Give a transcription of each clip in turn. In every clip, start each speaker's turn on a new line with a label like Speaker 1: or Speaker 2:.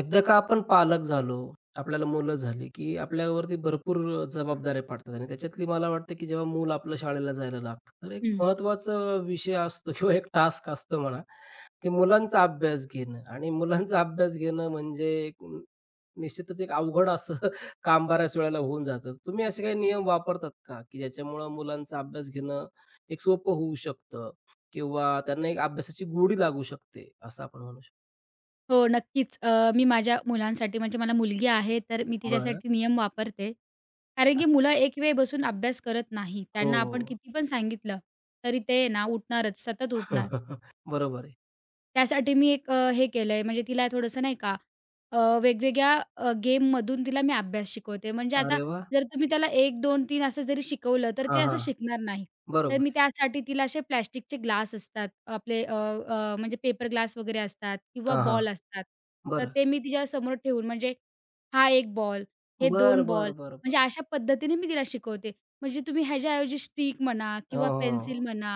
Speaker 1: एकदा का आपण पालक झालो, आपल्याला मुलं झाली, की आपल्यावरती भरपूर जबाबदाऱ्या पडतात आणि त्याच्यातली मला वाटतं, की जेव्हा मूल आपलं शाळेला जायला लागतं, तर एक
Speaker 2: हं.
Speaker 1: महत्त्वाचा विषय असतो किंवा एक टास्क असतो म्हणा, की मुलांचा अभ्यास घेणं आणि मुलांचा अभ्यास घेणं म्हणजे एक निश्चितच एक अवघड असं काम बऱ्याच वेळेला होऊन जातं. तुम्ही असे काही नियम वापरतात का, की ज्याच्यामुळं मुलांचा अभ्यास घेणं एक सोपं होऊ शकतं किंवा त्यांना एक अभ्यासाची गोडी लागू शकते, असं आपण म्हणू शकतो?
Speaker 2: हो, नक्कीच. मी माझ्या मुलांसाठी म्हणजे मला मुलगी आहे, तर मी
Speaker 1: बरं.
Speaker 2: तिच्यासाठी नियम वापरते. कारण की मुलं एक वेळ बसून अभ्यास करत नाही.
Speaker 1: हो.
Speaker 2: त्यांना आपण किती पण सांगितलं, तरी ते ना उठणारच, सतत उठणार.
Speaker 1: बरोबर आहे.
Speaker 2: त्यासाठी मी एक हे केलंय म्हणजे तिला थोडंसं नाही का अ, वेगवेगळ्या गेममधून तिला मी अभ्यास शिकवते. म्हणजे आता
Speaker 1: अरे वाह!
Speaker 2: जर तुम्ही त्याला 1, 2, 3 असं जरी शिकवलं, तर
Speaker 1: हां,
Speaker 2: ते असं
Speaker 1: हां.
Speaker 2: शिकणार नाही. तर
Speaker 1: बरोबर
Speaker 2: मी
Speaker 1: आहे.
Speaker 2: त्यासाठी तिला असे प्लास्टिकचे ग्लास असतात. आपले अ, अ, म्हणजे पेपर ग्लास वगैरे असतात किंवा
Speaker 1: हां, हां.
Speaker 2: बॉल असतात. तर
Speaker 1: बरं.
Speaker 2: ते मी तिच्यासमोर ठेवून म्हणजे हा एक बॉल, हे दोन
Speaker 1: बरं,
Speaker 2: बॉल,
Speaker 1: बरं, बरं,
Speaker 2: म्हणजे
Speaker 1: बरं.
Speaker 2: अशा पद्धतीने मी तिला शिकवते. म्हणजे तुम्ही ह्याच्याऐवजी स्टिक म्हणा
Speaker 1: हो,
Speaker 2: किंवा पेन्सिल
Speaker 1: हो.
Speaker 2: म्हणा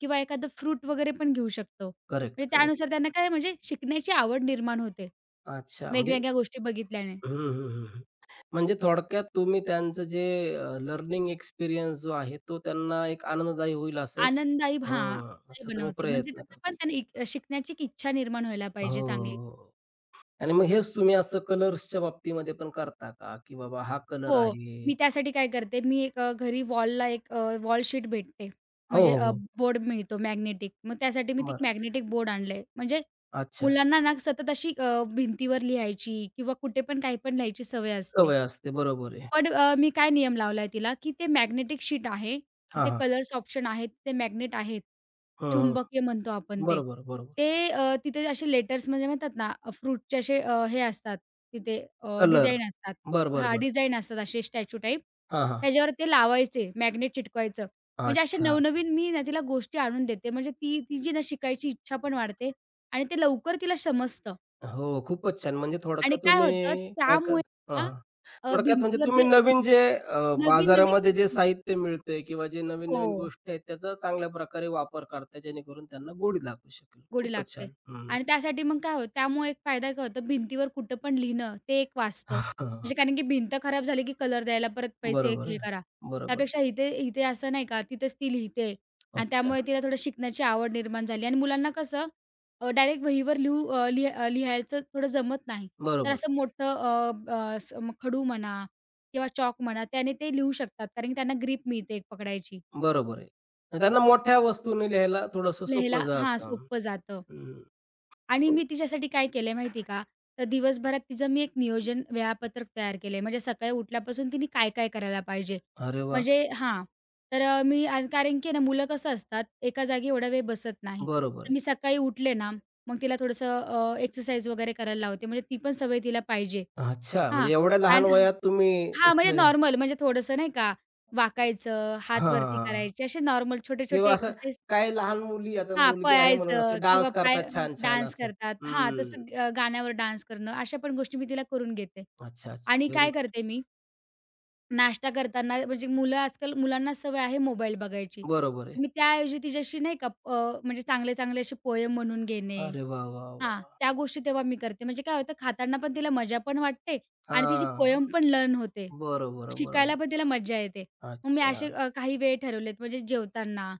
Speaker 2: किंवा एखादं फ्रूट वगैरे पण घेऊ शकतो.
Speaker 1: करेक्ट,
Speaker 2: म्हणजे
Speaker 1: करेक्ट.
Speaker 2: त्यानुसार त्यांना काय म्हणजे शिकण्याची आवड निर्माण होते.
Speaker 1: अच्छा म्हणजे
Speaker 2: वेगवेगळ्या गोष्टी बघितल्याने.
Speaker 1: हं, हं, हं, हं. म्हणजे थोडक्यात तुम्ही त्यांचं जे लर्निंग एक्सपिरियन्स जो आहे, तो त्यांना एक आनंददायी होईल असं एक
Speaker 2: आनंददायी हां,
Speaker 1: हं.
Speaker 2: आनंददायी
Speaker 1: असा तुम्ही
Speaker 2: बनवते. म्हणजे
Speaker 1: प्रयत्न
Speaker 2: त्यांना
Speaker 1: करता.
Speaker 2: पण त्यांनी एक शिकण्याची एक इच्छा निर्माण व्हायला पाहिजे चांगली.
Speaker 1: हो. आणि मग हेच तुम्ही असं कलर्सच्या बाबतीमध्ये पण करता का? की बाबा हा कलर
Speaker 2: हो.
Speaker 1: आहे
Speaker 2: मी त्यासाठी काय करते, मी एक घरी वॉलला एक वॉल शीट भेटते.
Speaker 1: हो,
Speaker 2: म्हणजे
Speaker 1: हो, हो.
Speaker 2: बोर्ड मिळतो मॅग्नेटिक. मग त्यासाठी मी ते
Speaker 1: बरं.
Speaker 2: मॅग्नेटिक बोर्ड आणलंय. म्हणजे
Speaker 1: अच्छा.
Speaker 2: मुलांना ना सतत अशी भिंतीवर लिहायची किंवा कुठे पण काही पण लिहायची सवय असते.
Speaker 1: सवय असते. बरोबर आहे.
Speaker 2: पण मी काय नियम लावलाय तिला, की ते मॅग्नेटिक शीट आहे,
Speaker 1: हां,
Speaker 2: तिथे
Speaker 1: हां.
Speaker 2: कलर्स ऑप्शन आहेत, ते मॅग्नेट आहेत.
Speaker 1: हं, हं.
Speaker 2: चुंबकीय म्हणतो आपण ते.
Speaker 1: बरोबर, बरोबर.
Speaker 2: ते तिथे असे लेटर्स म्हणजे म्हणतात ना, फ्रूटचे असे हे असतात तिथे
Speaker 1: कलर.
Speaker 2: डिझाइन असतात.
Speaker 1: बरं, बरं,
Speaker 2: हां,
Speaker 1: बरं.
Speaker 2: डिझाइन असतात असे स्टॅच्यू टाइप.
Speaker 1: हां, हां.
Speaker 2: त्याच्यावर ते लावायचे, मॅग्नेट चिटकवायचं. म्हणजे अशा
Speaker 1: अच्छा.
Speaker 2: नवनवीन मी ना तिला गोष्टी आणून देते. म्हणजे ती तिची ना शिकायची इच्छा पण वाढते आणि ते लवकर तिला समजतं
Speaker 1: हो, खूपच छान. म्हणजे
Speaker 2: आणि
Speaker 1: थोडक्यात
Speaker 2: काय होतं
Speaker 1: तुम्ही काय क
Speaker 2: त्यामुळे
Speaker 1: हां,
Speaker 2: ना
Speaker 1: हां. थोडक्यात म्हणजे
Speaker 2: भिंतीवर
Speaker 1: तुम्ही
Speaker 2: जे
Speaker 1: नवीन जे
Speaker 2: नवीन-नवीन
Speaker 1: बाजारामध्ये जे
Speaker 2: गोष्टी
Speaker 1: साहित्य मिळतंय किंवा जे नवीन-नवीन
Speaker 2: हो,
Speaker 1: गोष्टी आहेत, त्याचा चांगल्या प्रकारे वापर करताय, जेणेकरून त्यांना गोडी लागू शकेल.
Speaker 2: गोडी
Speaker 1: खूपच
Speaker 2: लागते.
Speaker 1: छान. हं.
Speaker 2: आणि त्यासाठी मग काय होतं त्यामुळे एक फायदा काय होतो भिंतीवर कुठं पण लिहिणं ते एक वाचतं.
Speaker 1: हां.
Speaker 2: म्हणजे कारण की भिंत खराब झाली की कलर द्यायला परत पैसे
Speaker 1: बरोबर
Speaker 2: हे
Speaker 1: आहे.
Speaker 2: करा.
Speaker 1: बरोबर आहे.
Speaker 2: त्यापेक्षा इथे इथे असं नाही का तिथेच ती लिहिते आणि त्यामुळे
Speaker 1: अच्छा.
Speaker 2: तिला थोडं शिकण्याची आवड निर्माण झाली आणि मुलांना कसं डायरेक्ट वहीवर लिहू अ, लिह अ, लिहायचं थोडं जमत नाही. तर
Speaker 1: बरोबर
Speaker 2: असं मोठं अ, अ, स म- खडू म्हणा किंवा चॉक म्हणा त्याने ते लिहू शकतात कारण की त्यांना ग्रिप मिळते एक पकडायची.
Speaker 1: आहे. बरोबर आहे. आणि त्यांना मोठ्या वस्तूने लिहायला थोडंसं
Speaker 2: लिहायला
Speaker 1: सोपं
Speaker 2: हां,
Speaker 1: जातं.
Speaker 2: सोपं जातं.
Speaker 1: हं.
Speaker 2: आणि मी तिच्यासाठी काय केलंय माहिती आहे का? तर दिवसभरात तिचं मी एक नियोजन वेळापत्रक तयार केलंय. म्हणजे सकाळी उठल्यापासून तिने काय-काय करायला पाहिजे.
Speaker 1: अरे वाह!
Speaker 2: म्हणजे हां. तर मी कारण की ना मुलं कसं असतात, एका जागी एवढा वेळ बसत नाही.
Speaker 1: बरोबर आहे.
Speaker 2: तर मी सकाळी उठले ना, मग तिला थोडंसं एक्सरसाइज वगैरे करायला लावते. म्हणजे ती पण सवय तिला पाहिजे.
Speaker 1: अच्छा,
Speaker 2: हां.
Speaker 1: म्हणजे एवढ्या लहान
Speaker 2: आणि
Speaker 1: वयात तुम्ही
Speaker 2: हां, म्हणजे
Speaker 1: इकडे
Speaker 2: नॉर्मल म्हणजे थोडंसं नाही का वाकायचं, हात वरती
Speaker 1: हां,
Speaker 2: करायचे, असे नॉर्मल
Speaker 1: किंवा
Speaker 2: छोटे-छोटे
Speaker 1: असं
Speaker 2: एक्सरसाइज
Speaker 1: काही लहान मुली आता
Speaker 2: हां,
Speaker 1: मुलगी आहे म्हणून
Speaker 2: पळायचं
Speaker 1: असं
Speaker 2: किंवा
Speaker 1: डान्स
Speaker 2: पाय
Speaker 1: करतात छान-छान
Speaker 2: डान्स
Speaker 1: असं.
Speaker 2: करतात. हां,
Speaker 1: हं.
Speaker 2: तसं गाण्यावर डान्स करणं, अशा पण गोष्टी मी तिला करून घेते.
Speaker 1: अच्छा, अच्छा.
Speaker 2: आणि
Speaker 1: व्हेरी
Speaker 2: काय
Speaker 1: गुड.
Speaker 2: करते मी, नाश्ता करताना म्हणजे मुलं आजकाल मुलांना सवय आहे मोबाईल बघायची.
Speaker 1: बरोबर आहे.
Speaker 2: तर मी त्याऐवजी तिच्याशी नाही का म्हणजे चांगले-चांगले असे पोएम म्हणून घेणे
Speaker 1: अरे वाह, वाह,
Speaker 2: हां,
Speaker 1: वाह!
Speaker 2: त्या गोष्टी तेव्हा मी करते. म्हणजे काय होतं खाताना पण तिला मजा पण वाटते आणि तिची
Speaker 1: हां.
Speaker 2: पोयम पण लर्न होते.
Speaker 1: बरोबर,
Speaker 2: शिकायला
Speaker 1: बरोबर.
Speaker 2: पण तिला मज्जा येते. मग मी
Speaker 1: अच्छा.
Speaker 2: असे काही वेळ ठरवलेत म्हणजे जेवताना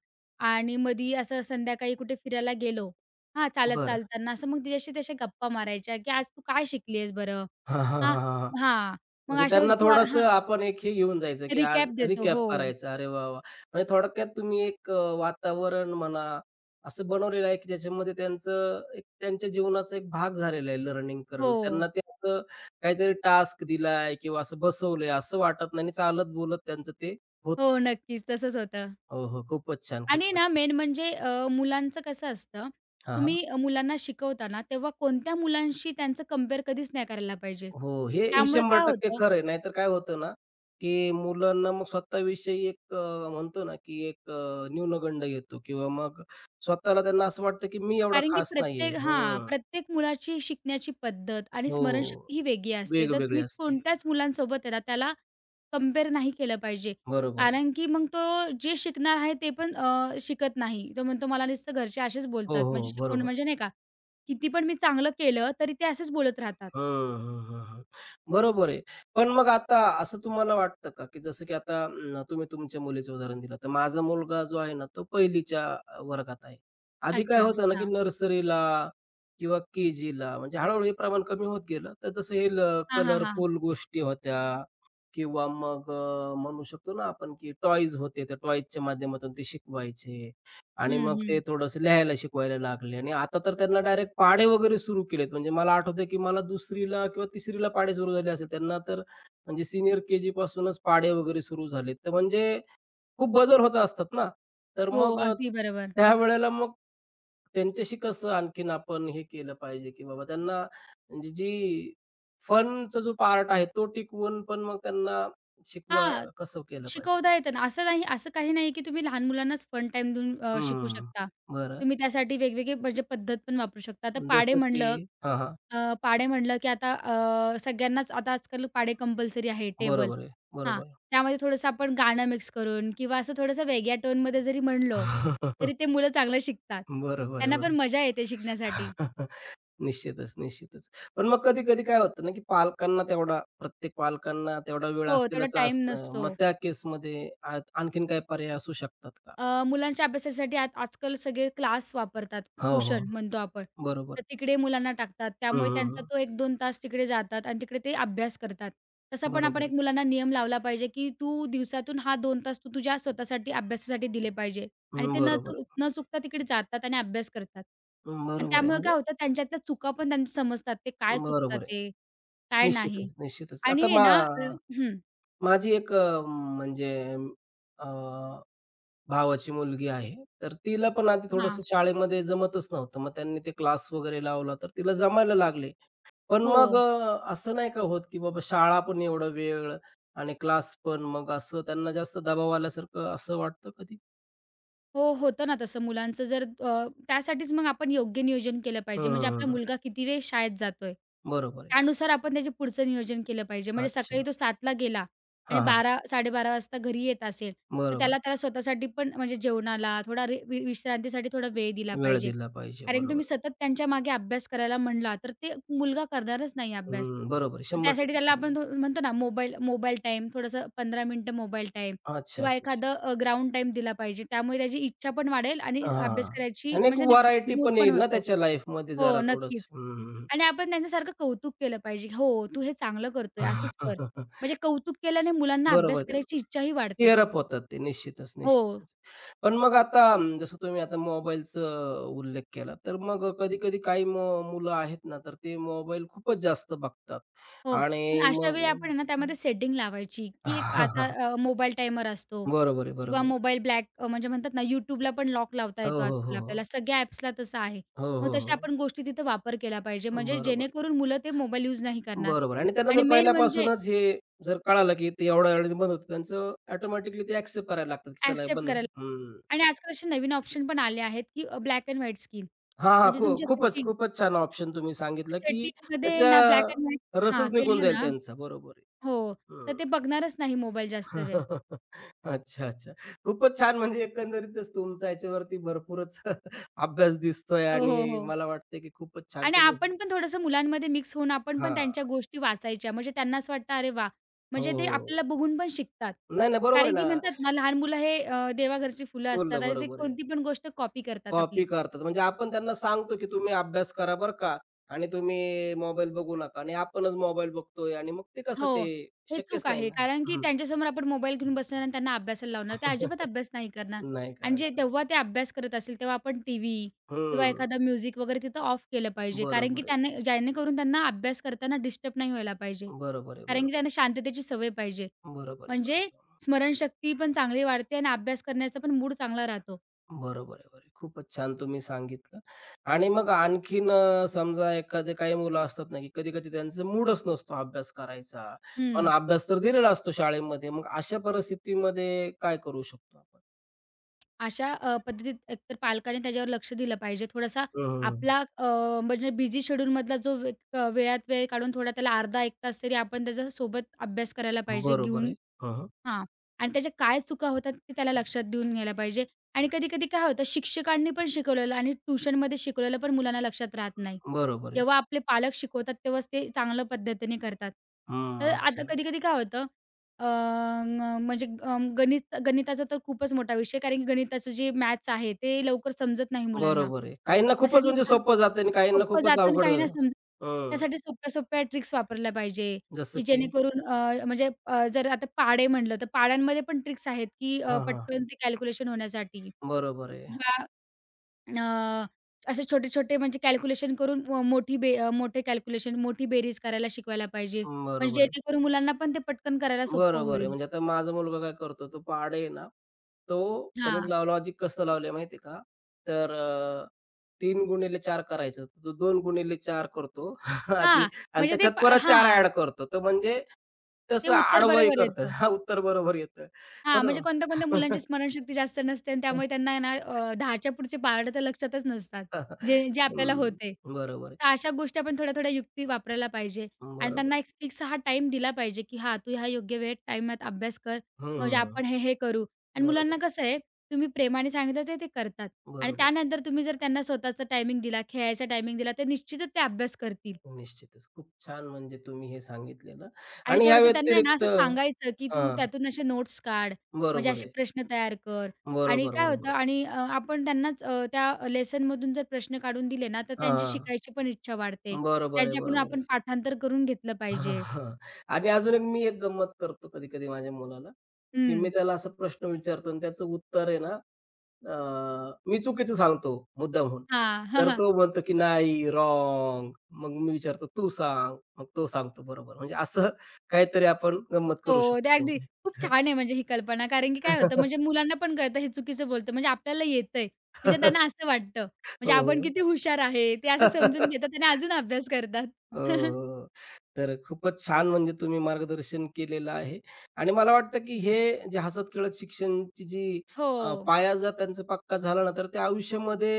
Speaker 2: आणि मधी असं संध्याकाळी कुठे फिरायला गेलो. हां, चालत
Speaker 1: बरं.
Speaker 2: चालताना असं मग तिच्याशी तशा गप्पा मारायच्या, की "आज तू काय शिकली आहेस बरं?"
Speaker 1: हां, हां,
Speaker 2: हां,
Speaker 1: हां, हां,
Speaker 2: हां. मग
Speaker 1: म्हणजे
Speaker 2: अशा वेळी
Speaker 1: त्यांना
Speaker 2: तू हां,
Speaker 1: थोडंसं आपण एक हे घेऊन जायचं, की आज
Speaker 2: रिकॅप देतो.
Speaker 1: रिकॅप
Speaker 2: हो,
Speaker 1: करायचं. अरे वाह, वाह! म्हणजे थोडक्यात तुम्ही एक वातावरण म्हणा, असं बनवलेलं आहे, की ज्याच्यामध्ये त्यांचं एक त्यांच्या जीवनाचा एक भाग झालेला आहे लर्निंग करणं.
Speaker 2: हो,
Speaker 1: त्यांना ते असं काहीतरी टास्क दिलाय किंवा असं बसवलंय असं वाटत नाही चालत बोलत त्यांचं ते होतं.
Speaker 2: हो. नक्कीच तसंच होतं.
Speaker 1: हो, हो. खूपच छान,
Speaker 2: आणि
Speaker 1: खूपच
Speaker 2: ना
Speaker 1: छान.
Speaker 2: मेन म्हणजे मुलांचं कसं असतं,
Speaker 1: हां, हां.
Speaker 2: तुम्ही मुलांना शिकवताना तेव्हा कोणत्या मुलांशी त्यांचं कंपेअर कधीच नाही करायला पाहिजे.
Speaker 1: हो. हे हे
Speaker 2: त्यामुळे काय
Speaker 1: 100%
Speaker 2: होतं,
Speaker 1: खरं आहे. नाहीतर काय होतं ना, की मुलांना मग स्वतःविषयी एक म्हणतो ना, की एक न्यूनगंड येतो किंवा मग स्वतःला त्यांना असं वाटतं, की मी एवढा
Speaker 2: कारण की
Speaker 1: खास नाहीये.
Speaker 2: प्रत्येक हां,
Speaker 1: हं.
Speaker 2: प्रत्येक मुलाची शिकण्याची पद्धत आणि
Speaker 1: हो.
Speaker 2: स्मरणशक्ती ही वेगळी असते. तर
Speaker 1: वेगवेगळी
Speaker 2: तुम्ही
Speaker 1: असते.
Speaker 2: कोणत्याच मुलांसोबत आहे ना, त्याला कंपेअर नाही केलं पाहिजे.
Speaker 1: बरोबर आहे.
Speaker 2: कारण की मग तो जे शिकणार आहे ते पण शिकत नाही. तो म्हणतो मला नुसतं घरचे असेच
Speaker 1: हो,
Speaker 2: बोलतात. म्हणजे
Speaker 1: हो.
Speaker 2: शिकून
Speaker 1: बरोबर.
Speaker 2: म्हणजे नाही का, किती पण मी चांगलं केलं तरी ते असेच बोलत राहतात.
Speaker 1: हं, हं, हं, हं. बरोबर आहे. पण मग आता असं तुम्हाला वाटतं का, की जसं की आता तुम्ही तुमच्या मुलीचं उदाहरण दिलं, तर माझा मुलगा जो आहे ना, तो पहिलीच्या वर्गात आहे. आधी काय
Speaker 2: अच्छा.
Speaker 1: होतं ना, की
Speaker 2: हां.
Speaker 1: नर्सरीला किंवा के-जीला म्हणजे हळू-हळू हे प्रमाण कमी होत गेलं. तर जसं हे
Speaker 2: हां, हां, हां.
Speaker 1: कलरफुल गोष्टी होत्या किंवा मग म्हणू शकतो ना आपण, की टॉयज होते. त्या टॉयजच्या माध्यमातून ते शिकवायचे. आणि
Speaker 2: हं,
Speaker 1: मग ते
Speaker 2: हं.
Speaker 1: थोडंसं लिहायला शिकवायला लागले आणि आता तर त्यांना डायरेक्ट पाढे वगैरे सुरू केलेत. म्हणजे मला आठवतंय, की मला 2रीला किंवा 3रीला पाढे सुरू झाले असेल. त्यांना तर म्हणजे सीनियर के-जी पासूनच पाढे वगैरे सुरू झालेत. तर म्हणजे खूप बदल होत असतात ना. तर
Speaker 2: हो,
Speaker 1: मग
Speaker 2: अगदी बरोबर.
Speaker 1: त्यावेळेला मग त्यांच्याशी कसं आणखीन आपण हे केलं पाहिजे, की बाबा त्यांना म्हणजे जी फनचा जो पार्ट आहे तो टिकवून पण मग त्यांना शिकवा
Speaker 2: हां,
Speaker 1: कसं केलं पाहिजे?
Speaker 2: शिकवता येतं ना. असं नाही असं काही नाही, की तुम्ही लहान मुलांनाच फन टाईम देऊन शिकू
Speaker 1: हं.
Speaker 2: शकता.
Speaker 1: बरं.
Speaker 2: तुम्ही त्यासाठी वेगवेगळे म्हणजे पद्धत पण वापरू शकता. आता पाढे
Speaker 1: जसं की
Speaker 2: म्हणलं
Speaker 1: हां, हां.
Speaker 2: अ, पाढे म्हणलं, की आता सगळ्यांनाच आता आजकाल पाढे कंपल्सरी आहे, टेबल.
Speaker 1: बरोबर आहे.
Speaker 2: हां,
Speaker 1: बरोबर.
Speaker 2: त्यामध्ये थोडंसं आपण गाणं मिक्स करून किंवा असं थोडंसं वेगळ्या टोनमध्ये जरी म्हणलं, तरी ते मुलं चांगलं शिकतात.
Speaker 1: बरोबर आहे,
Speaker 2: त्यांना
Speaker 1: बरोबर.
Speaker 2: पण मजा येते शिकण्यासाठी.
Speaker 1: निश्चितच, निश्चितच. पण मग कधी-कधी काय होतं ना, की पालकांना तेवढा प्रत्येक पालकांना तेवढा वेळ
Speaker 2: हो, तेवढा
Speaker 1: असेलच
Speaker 2: टाईम
Speaker 1: असणं.
Speaker 2: नसतो.
Speaker 1: मग त्या केसमध्ये आणखीन काही पर्याय असू शकतात का?
Speaker 2: मुलांच्या अभ्यासासाठी आज आजकाल सगळे क्लास वापरतात,
Speaker 1: हो, हो.
Speaker 2: ट्यूशन म्हणतो आपण. तर
Speaker 1: बरोबर.
Speaker 2: तिकडे मुलांना टाकतात.
Speaker 1: हं,
Speaker 2: त्यामुळे
Speaker 1: हं,
Speaker 2: त्यांचा
Speaker 1: हं.
Speaker 2: तो 1-2 तास तिकडे जातात आणि तिकडे ते अभ्यास करतात. तसा पण आपण
Speaker 1: बरोबर आहे.
Speaker 2: एक मुलांना नियम लावला पाहिजे, की तू दिवसातून हा 2 तास तू तुझ्या स्वतःसाठी अभ्यासासाठी दिले पाहिजे आणि
Speaker 1: हं,
Speaker 2: ते
Speaker 1: बरोबर आहे.
Speaker 2: न चुकता तिकडे जातात आणि अभ्यास करतात.
Speaker 1: हं,
Speaker 2: आणि
Speaker 1: बरोबर आहे.
Speaker 2: त्यामुळे
Speaker 1: म्हणजे
Speaker 2: काय होतं त्यांच्यातल्या चुका पण त्यांना समजतात. ते काय चुकतात
Speaker 1: बरोबर आहे.
Speaker 2: ते, काय नाही.
Speaker 1: निश्चितच, निश्चितच.
Speaker 2: आणि
Speaker 1: आता
Speaker 2: आहे ना हं.
Speaker 1: माझी एक म्हणजे भावाची मुलगी आहे. तर तिला पण आधी थोडंसं
Speaker 2: हां.
Speaker 1: शाळेमध्ये जमतच नव्हतं. मग त्यांनी ते क्लास वगैरे लावला, तर तिला जमायला लागले. पण
Speaker 2: हो.
Speaker 1: मग असं नाही का होत, की बाबा शाळा पण एवढा वेळ आणि क्लास पण मग असं त्यांना जास्त दबाव आल्यासारखं असं वाटतं कधी?
Speaker 2: हो, होतं ना तसं मुलांचं जर त्यासाठीच मग आपण योग्य नियोजन केलं पाहिजे. म्हणजे आपला
Speaker 1: हं,
Speaker 2: मुलगा किती वेळ शाळेत जातोय,
Speaker 1: बरोबर आहे.
Speaker 2: त्यानुसार आपण त्याचे पुढचं नियोजन केलं पाहिजे. म्हणजे
Speaker 1: अच्छा.
Speaker 2: सकाळी तो 7:00 गेला आणि
Speaker 1: हां, हां.
Speaker 2: 12:00-12:30 वाजता घरी येत असेल, तर
Speaker 1: बरोबर.
Speaker 2: त्याला त्याला स्वतःसाठी पण म्हणजे जेवणाला थोडा रे वि विश्रांतीसाठी थोडा वेळ दिला
Speaker 1: वेळ
Speaker 2: पाहिजे.
Speaker 1: दिला पाहिजे.
Speaker 2: कारण की
Speaker 1: बरोबर.
Speaker 2: तुम्ही सतत त्यांच्या मागे अभ्यास करायला म्हणला, तर ते मुलगा करणारच नाही अभ्यास.
Speaker 1: हं, बरोबर आहे.
Speaker 2: तर त्यासाठी
Speaker 1: 100%
Speaker 2: त्याला
Speaker 1: बरोबर
Speaker 2: आपण
Speaker 1: आहे.
Speaker 2: म्हणतो ना मोबाईल मोबाईल टाईम थोडंसं 15 मिनिटं मोबाईल टाईम
Speaker 1: अच्छा,
Speaker 2: किंवा
Speaker 1: अच्छा, अच्छा.
Speaker 2: एखादं ग्राउंड टाईम दिला पाहिजे. त्यामुळे त्याची इच्छा पण वाढेल आणि
Speaker 1: हां,
Speaker 2: अभ्यास
Speaker 1: हां,
Speaker 2: करायची
Speaker 1: आणि एक
Speaker 2: म्हणजे नाही का
Speaker 1: व्हरायटी
Speaker 2: मूड
Speaker 1: पण
Speaker 2: पण
Speaker 1: येईल ना
Speaker 2: होतो.
Speaker 1: त्याच्या लाईफमध्ये
Speaker 2: हो,
Speaker 1: जरा
Speaker 2: नक्कीच.
Speaker 1: थोडंसं.
Speaker 2: आणि आपण त्यांच्यासारखं कौतुक केलं पाहिजे. "हो, तू हे चांगलं करतोय, असंच कर." म्हणजे कौतुक केल्याने मुलांना
Speaker 1: बरोबर
Speaker 2: अभ्यास
Speaker 1: आहे
Speaker 2: करायची इच्छाही वाढते.
Speaker 1: टिअर अप होतात ते निश्चितच,
Speaker 2: हो.
Speaker 1: निश्चितच. पण मग आता जसं तुम्ही आता मोबाईलचा उल्लेख केला, तर मग कधी-कधी काही मुलं आहेत ना, तर ते मोबाईल खूपच जास्त बघतात
Speaker 2: हो.
Speaker 1: आणि
Speaker 2: मग अशा वेळी
Speaker 1: मग
Speaker 2: आपण आहे ना, त्यामध्ये सेटिंग लावायची, की एक आता
Speaker 1: अ,
Speaker 2: मोबाईल टायमर असतो
Speaker 1: बरोबर आहे,
Speaker 2: किंवा
Speaker 1: बरोबर आहे.
Speaker 2: मोबाईल म्हणजे म्हणतात ना, YouTubeला पण लॉक लावता
Speaker 1: हो,
Speaker 2: येतो
Speaker 1: हो, हो,
Speaker 2: आजकाल
Speaker 1: हो.
Speaker 2: आपल्याला. सगळ्या ॲप्सला तसं आहे.
Speaker 1: हो,
Speaker 2: मग
Speaker 1: हो,
Speaker 2: तशा
Speaker 1: हो.
Speaker 2: आपण गोष्टी तिथे वापर केला पाहिजे. म्हणजे
Speaker 1: बरोबर आहे,
Speaker 2: जेणेकरून मुलं ते मोबाईल यूज नाही करणार.
Speaker 1: बरोबर आहे आणि त्यांना
Speaker 2: आणि
Speaker 1: जर
Speaker 2: मेन म्हणजे
Speaker 1: पहिल्यापासूनच हे जर कळालं, की ते एवढ्या वेळेने बंद होतं, त्यांचं ऑटोमॅटिकली ते एक्सेप्ट करायला लागतात, की चला हे
Speaker 2: ॲक्सेप्ट
Speaker 1: बंद
Speaker 2: करायला
Speaker 1: हं.
Speaker 2: आणि आजकाल असे नवीन ऑप्शन पण आले आहेत, की ब्लॅक एंड व्हाईट स्किन.
Speaker 1: हां, हां.
Speaker 2: म्हणजे तुमच्या
Speaker 1: खूपच,
Speaker 2: सेटिंग
Speaker 1: खूपच छान ऑप्शन तुम्ही सांगितलं, की
Speaker 2: सेटिंगमध्ये
Speaker 1: त्याचा
Speaker 2: ना ब्लॅक एंड व्हाईट हां,
Speaker 1: रसच निघून
Speaker 2: केलं
Speaker 1: जाईल
Speaker 2: ना
Speaker 1: त्यांचा. बरोबर आहे.
Speaker 2: हो, तर
Speaker 1: हं.
Speaker 2: ते बघणारच नाही मोबाईल जास्त वेळ.
Speaker 1: अच्छा, अच्छा. खूपच छान म्हणजे एकंदरीतच तुमचा याच्यावरती भरपूरच अभ्यास दिसतोय
Speaker 2: हो, हो,
Speaker 1: आणि
Speaker 2: हो.
Speaker 1: मला वाटतंय, की खूपच छान
Speaker 2: आणि
Speaker 1: तुम्ही
Speaker 2: आपण पण थोडंसं मुलांमध्ये मिक्स होऊन आपण पण
Speaker 1: हां.
Speaker 2: त्यांच्या गोष्टी वाचायच्या. म्हणजे त्यांना असं वाटतं, "अरे वाह!"
Speaker 1: हो,
Speaker 2: म्हणजे ते आपल्याला
Speaker 1: हो.
Speaker 2: बघून पण शिकतात.
Speaker 1: नाही, नाही. बरोबर आहे
Speaker 2: कारण
Speaker 1: ना.
Speaker 2: की म्हणतात ना, लहान मुलं हे देवाघरची फुलं
Speaker 1: बोललं
Speaker 2: असतात आणि ते
Speaker 1: बरोबर आहे.
Speaker 2: कोणती पण गोष्ट कॉपी करतात
Speaker 1: कॉपी
Speaker 2: आपली.
Speaker 1: करतात. म्हणजे आपण त्यांना सांगतो, की तुम्ही अभ्यास करा बरं का आणि तुम्ही मोबाईल बघू नका आणि आपणच मोबाईल बघतोय आणि मग ते कसं
Speaker 2: हो.
Speaker 1: ते
Speaker 2: हे
Speaker 1: शक्यच
Speaker 2: चूक
Speaker 1: नाही
Speaker 2: आहे.
Speaker 1: ना.
Speaker 2: कारण की त्यांच्यासमोर आपण मोबाईल घेऊन बसणार आणि त्यांना अभ्यासाला लावणार. ते
Speaker 1: हं.
Speaker 2: अजिबात अभ्यास नाही करणार
Speaker 1: नाही
Speaker 2: आणि जे
Speaker 1: करणारवाले.
Speaker 2: तेव्हा ते अभ्यास करत असेल, तेव्हा आपण टीव्ही किंवा
Speaker 1: हं.
Speaker 2: एखादा म्युझिक वगैरे तिथं ऑफ केलं पाहिजे. कारण की
Speaker 1: बरोबर आहे.
Speaker 2: त्यांना जेणेकरून त्यांना अभ्यास करताना डिस्टर्ब नाही व्हायला पाहिजे.
Speaker 1: बरोबर आहे,
Speaker 2: कारण की
Speaker 1: बरोबर.
Speaker 2: त्यांना शांततेची सवय पाहिजे.
Speaker 1: बरोबर आहे,
Speaker 2: म्हणजे
Speaker 1: बरोबर.
Speaker 2: स्मरणशक्ती पण चांगली वाढते आणि अभ्यास करण्याचा पण मूड चांगला राहतो.
Speaker 1: बरोबर आहे, बरोबर आहे. खूपच छान तुम्ही सांगितलं आणि मग आणखीन समजा एखादे काही मुलं असतात ना, की कधी-कधी त्यांचा मूडच नसतो अभ्यास करायचा. पण
Speaker 2: हं.
Speaker 1: अभ्यास तर दिलेला असतो शाळेमध्ये. मग अशा परिस्थितीमध्ये काय करू शकतो आपण?
Speaker 2: अशा पद्धतीत एकतर पालकांनी त्याच्यावर लक्ष दिलं पाहिजे. थोडासा
Speaker 1: हं, हं.
Speaker 2: आपला म्हणजे बिझी शेड्यूलमधला जो वेळात वेळ काढून थोडा त्याला अर्धा 1 तास तरी आपण त्याचा सोबत अभ्यास करायला पाहिजे.
Speaker 1: बरोबर
Speaker 2: घेऊन
Speaker 1: आहे. हं,
Speaker 2: हां. आणि त्याच्या काय चुका होतात ते त्याला लक्षात देऊन घ्यायला पाहिजे. आणि कधी-कधी काय होतं शिक्षकांनी पण शिकवलेलं आणि ट्युशनमध्ये शिकवलेलं पण मुलांना लक्षात राहत नाही.
Speaker 1: बरोबर आहे.
Speaker 2: जेव्हा आपले पालक शिकवतात तेव्हाच ते चांगल्या पद्धतीने करतात.
Speaker 1: हं,
Speaker 2: तर आता
Speaker 1: अच्छा.
Speaker 2: कधी-कधी काय होतं अ, अ, म्हणजे अ, गणित गणिताचा तर खूपच मोठा विषय कारण की गणिताचं जे मॅथ्स आहे ते लवकर समजत नाही मुलांना.
Speaker 1: बरोबर आहे. काहींना खूपच
Speaker 2: त्यासाठी
Speaker 1: म्हणजे
Speaker 2: हां,
Speaker 1: सोपं जातं आणि काहींना
Speaker 2: सोपं
Speaker 1: खूपच
Speaker 2: जातं आणि
Speaker 1: अवघड
Speaker 2: काहींना
Speaker 1: जातं.
Speaker 2: समजत
Speaker 1: हं.
Speaker 2: त्यासाठी सोप्या-सोप्या ट्रिक्स वापरल्या पाहिजे.
Speaker 1: जसं
Speaker 2: की
Speaker 1: की
Speaker 2: जेणेकरून जर आता पाड़े म्हणलं, तर पाढ्यांमध्ये पण ट्रिक्स आहेत, की
Speaker 1: हां, हां.
Speaker 2: पटकन ते कॅल्क्युलेशन होण्यासाठी
Speaker 1: बरोबर आहे.
Speaker 2: किंवा अ, असे छोटे-छोटे म्हणजे कॅल्क्युलेशन करून अ, मोठी बे अ, मोठे कॅल्क्युलेशन, मोठी बेरीज करायला शिकवायला पाहिजे. म्हणजे
Speaker 1: बरोबर आहे.
Speaker 2: जेणेकरून मुलांना पण ते पटकन करायला सोपं
Speaker 1: बरोबर आहे.
Speaker 2: होईल.
Speaker 1: म्हणजे आता माझा मुलगा काय करतो, तो पाढे आहे ना, तो त्याने
Speaker 2: हां.
Speaker 1: लॉजिक कसं लावलंय माहिती आहे का? तर 3 गुणिले 4 करायचं. तो 2 गुणिले 4 करतो आधी
Speaker 2: हां.
Speaker 1: आणि
Speaker 2: म्हणजे ते
Speaker 1: त्याच्यात
Speaker 2: पा
Speaker 1: परत 4
Speaker 2: हां.
Speaker 1: ॲड करतो. तर म्हणजे
Speaker 2: ते
Speaker 1: तसं
Speaker 2: उत्तर
Speaker 1: आडवंही
Speaker 2: बरोबर
Speaker 1: करतं.
Speaker 2: येतं.
Speaker 1: हां, उत्तर बरोबर येतं. हो
Speaker 2: हां,
Speaker 1: ना.
Speaker 2: म्हणजे कोणत्या-कोणत्या मुलांची स्मरणशक्ती जास्त नसते आणि त्यामुळे त्यांना आहे ना 10च्या पुढचे पाढे तर लक्षातच नसतात. जे जे आपल्याला होते.
Speaker 1: बरोबर
Speaker 2: तर
Speaker 1: आहे.
Speaker 2: अशा गोष्टी आपण थोड्या-थोड्या युक्ती वापरायला पाहिजे आणि त्यांना
Speaker 1: बरोबर.
Speaker 2: एक फिक्स हा टाईम दिला पाहिजे, की हां, तू ह्या योग्य वेळेत टाईमात अभ्यास कर.
Speaker 1: हं,
Speaker 2: म्हणजे
Speaker 1: हं.
Speaker 2: आपण हे-हे करू आणि
Speaker 1: बरोबर,
Speaker 2: मुलांना कसं आहे, तुम्ही प्रेमाने सांगितलं ते ते करतात आणि
Speaker 1: बरोबर.
Speaker 2: त्यानंतर तुम्ही जर त्यांना स्वतःचा टायमिंग दिला, खेळायचा टायमिंग दिला, तर निश्चितच ते अभ्यास करतील.
Speaker 1: निश्चितच. खूप छान म्हणजे तुम्ही हे सांगितलेलं
Speaker 2: आणि
Speaker 1: आणि या
Speaker 2: थोडंसं त्यांना आहे ना
Speaker 1: व्यतिरिक्त
Speaker 2: असं सांगायचं, की तू
Speaker 1: हां,
Speaker 2: त्यातून असे नोट्स काढ, म्हणजे
Speaker 1: बरोबर
Speaker 2: असे
Speaker 1: आहे.
Speaker 2: प्रश्न तयार कर आणि
Speaker 1: बरोबर,
Speaker 2: काय होतं
Speaker 1: बरोबर.
Speaker 2: आणि आपण त्यांनाच त्या लेसनमधून जर प्रश्न काढून दिले ना, तर त्यांची
Speaker 1: हां,
Speaker 2: शिकायची पण इच्छा वाढते.
Speaker 1: बरोबर आहे,
Speaker 2: त्यांच्याकडून
Speaker 1: बरोबर आहे.
Speaker 2: आपण पाठांतर करून घेतलं
Speaker 1: हां,
Speaker 2: पाहिजे.
Speaker 1: हां. आणि अजून एक मी एक गंमत करतो कधी-कधी माझ्या मुलाला, की मी
Speaker 2: हं.
Speaker 1: त्याला असा प्रश्न विचारतो आणि त्याचं उत्तर आहे ना अ, मी चुकीचं सांगतो मुद्दामहून.
Speaker 2: हां.
Speaker 1: तर तो म्हणतो की "नाही, रॉन्ग." मग मी विचारतो, "तू सांग." मग तो सांगतो बरोबर. म्हणजे असं काहीतरी आपण गंमत करू
Speaker 2: हो,
Speaker 1: शकतो
Speaker 2: ते अगदी
Speaker 1: त्यांची.
Speaker 2: खूप छान आहे म्हणजे ही कल्पना. कारण की काय होतं म्हणजे मुलांना पण कळतं हे चुकीचं बोलतं. म्हणजे आपल्याला येतंय. म्हणजे त्यांना असं वाटतं. म्हणजे आपण
Speaker 1: हो,
Speaker 2: किती हुशार आहे, ते असं समजून
Speaker 1: हो.
Speaker 2: घेतात आणि अजून अभ्यास करतात.
Speaker 1: हो, हो. तर खूपच छान म्हणजे तुम्ही मार्गदर्शन केलेलं आहे आणि मला वाटतं की हे जे हसत-खेळत शिक्षणची जी
Speaker 2: हो.
Speaker 1: पाया जर त्यांचा पक्का झाला ना, तर ते आयुष्यामध्ये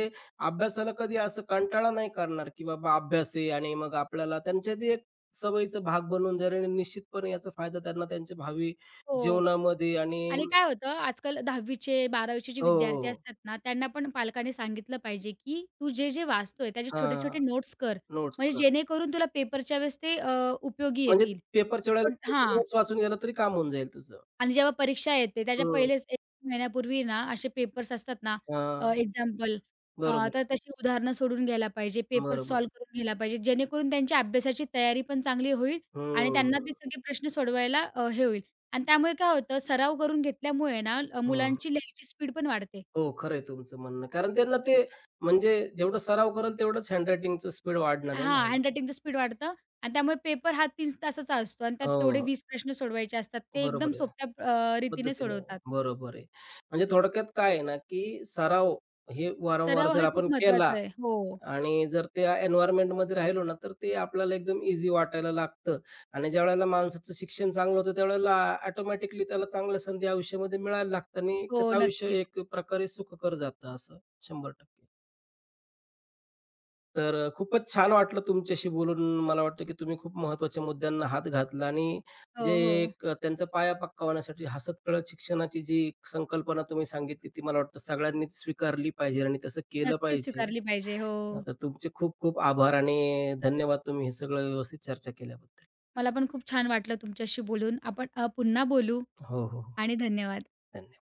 Speaker 1: अभ्यासाला कधी असं कंटाळा नाही करणार, की बाबा अभ्यास आहे आणि मग आपल्याला त्यांच्या ती एक सवयीचा भाग बनून जाईल आणि निश्चितपणे याचा फायदा त्यांना त्यांच्या भावी
Speaker 2: हो.
Speaker 1: जीवनामध्ये आणि
Speaker 2: आणि काय होतं, आजकाल 10वी चे 12वी चे जे
Speaker 1: हो, हो.
Speaker 2: विद्यार्थी
Speaker 1: हो.
Speaker 2: असतात ना, त्यांना पण पालकांनी सांगितलं पाहिजे, की तू जे-जे वाचतोय त्याचे
Speaker 1: हां,
Speaker 2: छोटे-छोटे नोट्स कर.
Speaker 1: नोट्स
Speaker 2: म्हणजे
Speaker 1: कर.
Speaker 2: जेणेकरून तुला पेपरच्या वेळेस ते उपयोगी
Speaker 1: म्हणजे
Speaker 2: येतील.
Speaker 1: पेपरच्या वेळेला
Speaker 2: हां.
Speaker 1: नोट्स वाचून गेलं तरी काम होऊन जाईल तुझं.
Speaker 2: आणि जेव्हा परीक्षा येते त्याच्या
Speaker 1: हं.
Speaker 2: पहिलेच 1 महिन्यापूर्वी ना असे पेपर्स असतात ना
Speaker 1: हां.
Speaker 2: अ, एक्झाम्पल
Speaker 1: बरोबर आहे.
Speaker 2: तर तशी उदाहरणं सोडून घ्यायला पाहिजे, पेपर
Speaker 1: बरोबर आहे.
Speaker 2: सॉल्व्ह करून घ्यायला पाहिजे, जेणेकरून त्यांच्या अभ्यासाची तयारी पण चांगली होईल आणि त्यांना ते
Speaker 1: हं,
Speaker 2: सगळे प्रश्न सोडवायला हे होईल. आणि त्यामुळे काय होतं सराव करून घेतल्यामुळे ना
Speaker 1: हं.
Speaker 2: मुलांची लिहायची स्पीड पण वाढते.
Speaker 1: हो, खरं आहे तुमचं म्हणणं. कारण त्यांना ते म्हणजे जेवढं सराव करेल तेवढंच हँडरायटिंगचं स्पीड वाढणार आहे
Speaker 2: हां,
Speaker 1: ना.
Speaker 2: हँडरायटिंगचं स्पीड वाढतं आणि त्यामुळे पेपर हा 3 तासाचा असतो आणि त्यात तेवढे
Speaker 1: हो,
Speaker 2: 20 प्रश्न सोडवायचे असतात. ते एकदम
Speaker 1: बरोबर आहे.
Speaker 2: सोप्या रीतीने
Speaker 1: पद्धतीनं
Speaker 2: सोडवतात.
Speaker 1: बरोबर आहे. म्हणजे थोडक्यात काय आहे ना, की सराव हे वारंवार
Speaker 2: सराव
Speaker 1: जर
Speaker 2: हे खूप
Speaker 1: आपण केला
Speaker 2: महत्वाचं आहे. हो,
Speaker 1: आणि जर त्या एन्व्हायर्नमेंटमध्ये राहिलो ना, तर ते आपल्याला एकदम ईझी वाटायला लागतं आणि ज्यावेळेला माणसाचं शिक्षण चांगलं होतं, त्यावेळेला ऑटोमॅटिकली त्याला चांगल्या संधी आयुष्यामध्ये मिळायला लागतात आणि
Speaker 2: हो,
Speaker 1: त्याचं आयुष्य
Speaker 2: नक्कीच.
Speaker 1: एक प्रकारे सुखकर जातं असं 100%. तर खूपच छान वाटलं तुमच्याशी बोलून. मला वाटतं, की तुम्ही खूप महत्त्वाच्या मुद्द्यांना हात घातला आणि
Speaker 2: हो,
Speaker 1: जे
Speaker 2: हो.
Speaker 1: एक त्यांचा पाया पक्का होण्यासाठी हसत-खेळत शिक्षणाची जी संकल्पना तुम्ही सांगितली, ती मला वाटतं सगळ्यांनीच स्वीकारली पाहिजे आणि तसं केलं
Speaker 2: नक्कीच
Speaker 1: पाहिजे.
Speaker 2: स्वीकारली पाहिजे. हो.
Speaker 1: तर तुमचे खूप खूप आभार आणि धन्यवाद तुम्ही हे सगळं व्यवस्थित चर्चा केल्याबद्दल.
Speaker 2: मला पण खूप छान वाटलं तुमच्याशी बोलून. आपण पुन्हा बोलू
Speaker 1: हो, हो, हो.
Speaker 2: आणि धन्यवाद.
Speaker 1: धन्यवाद.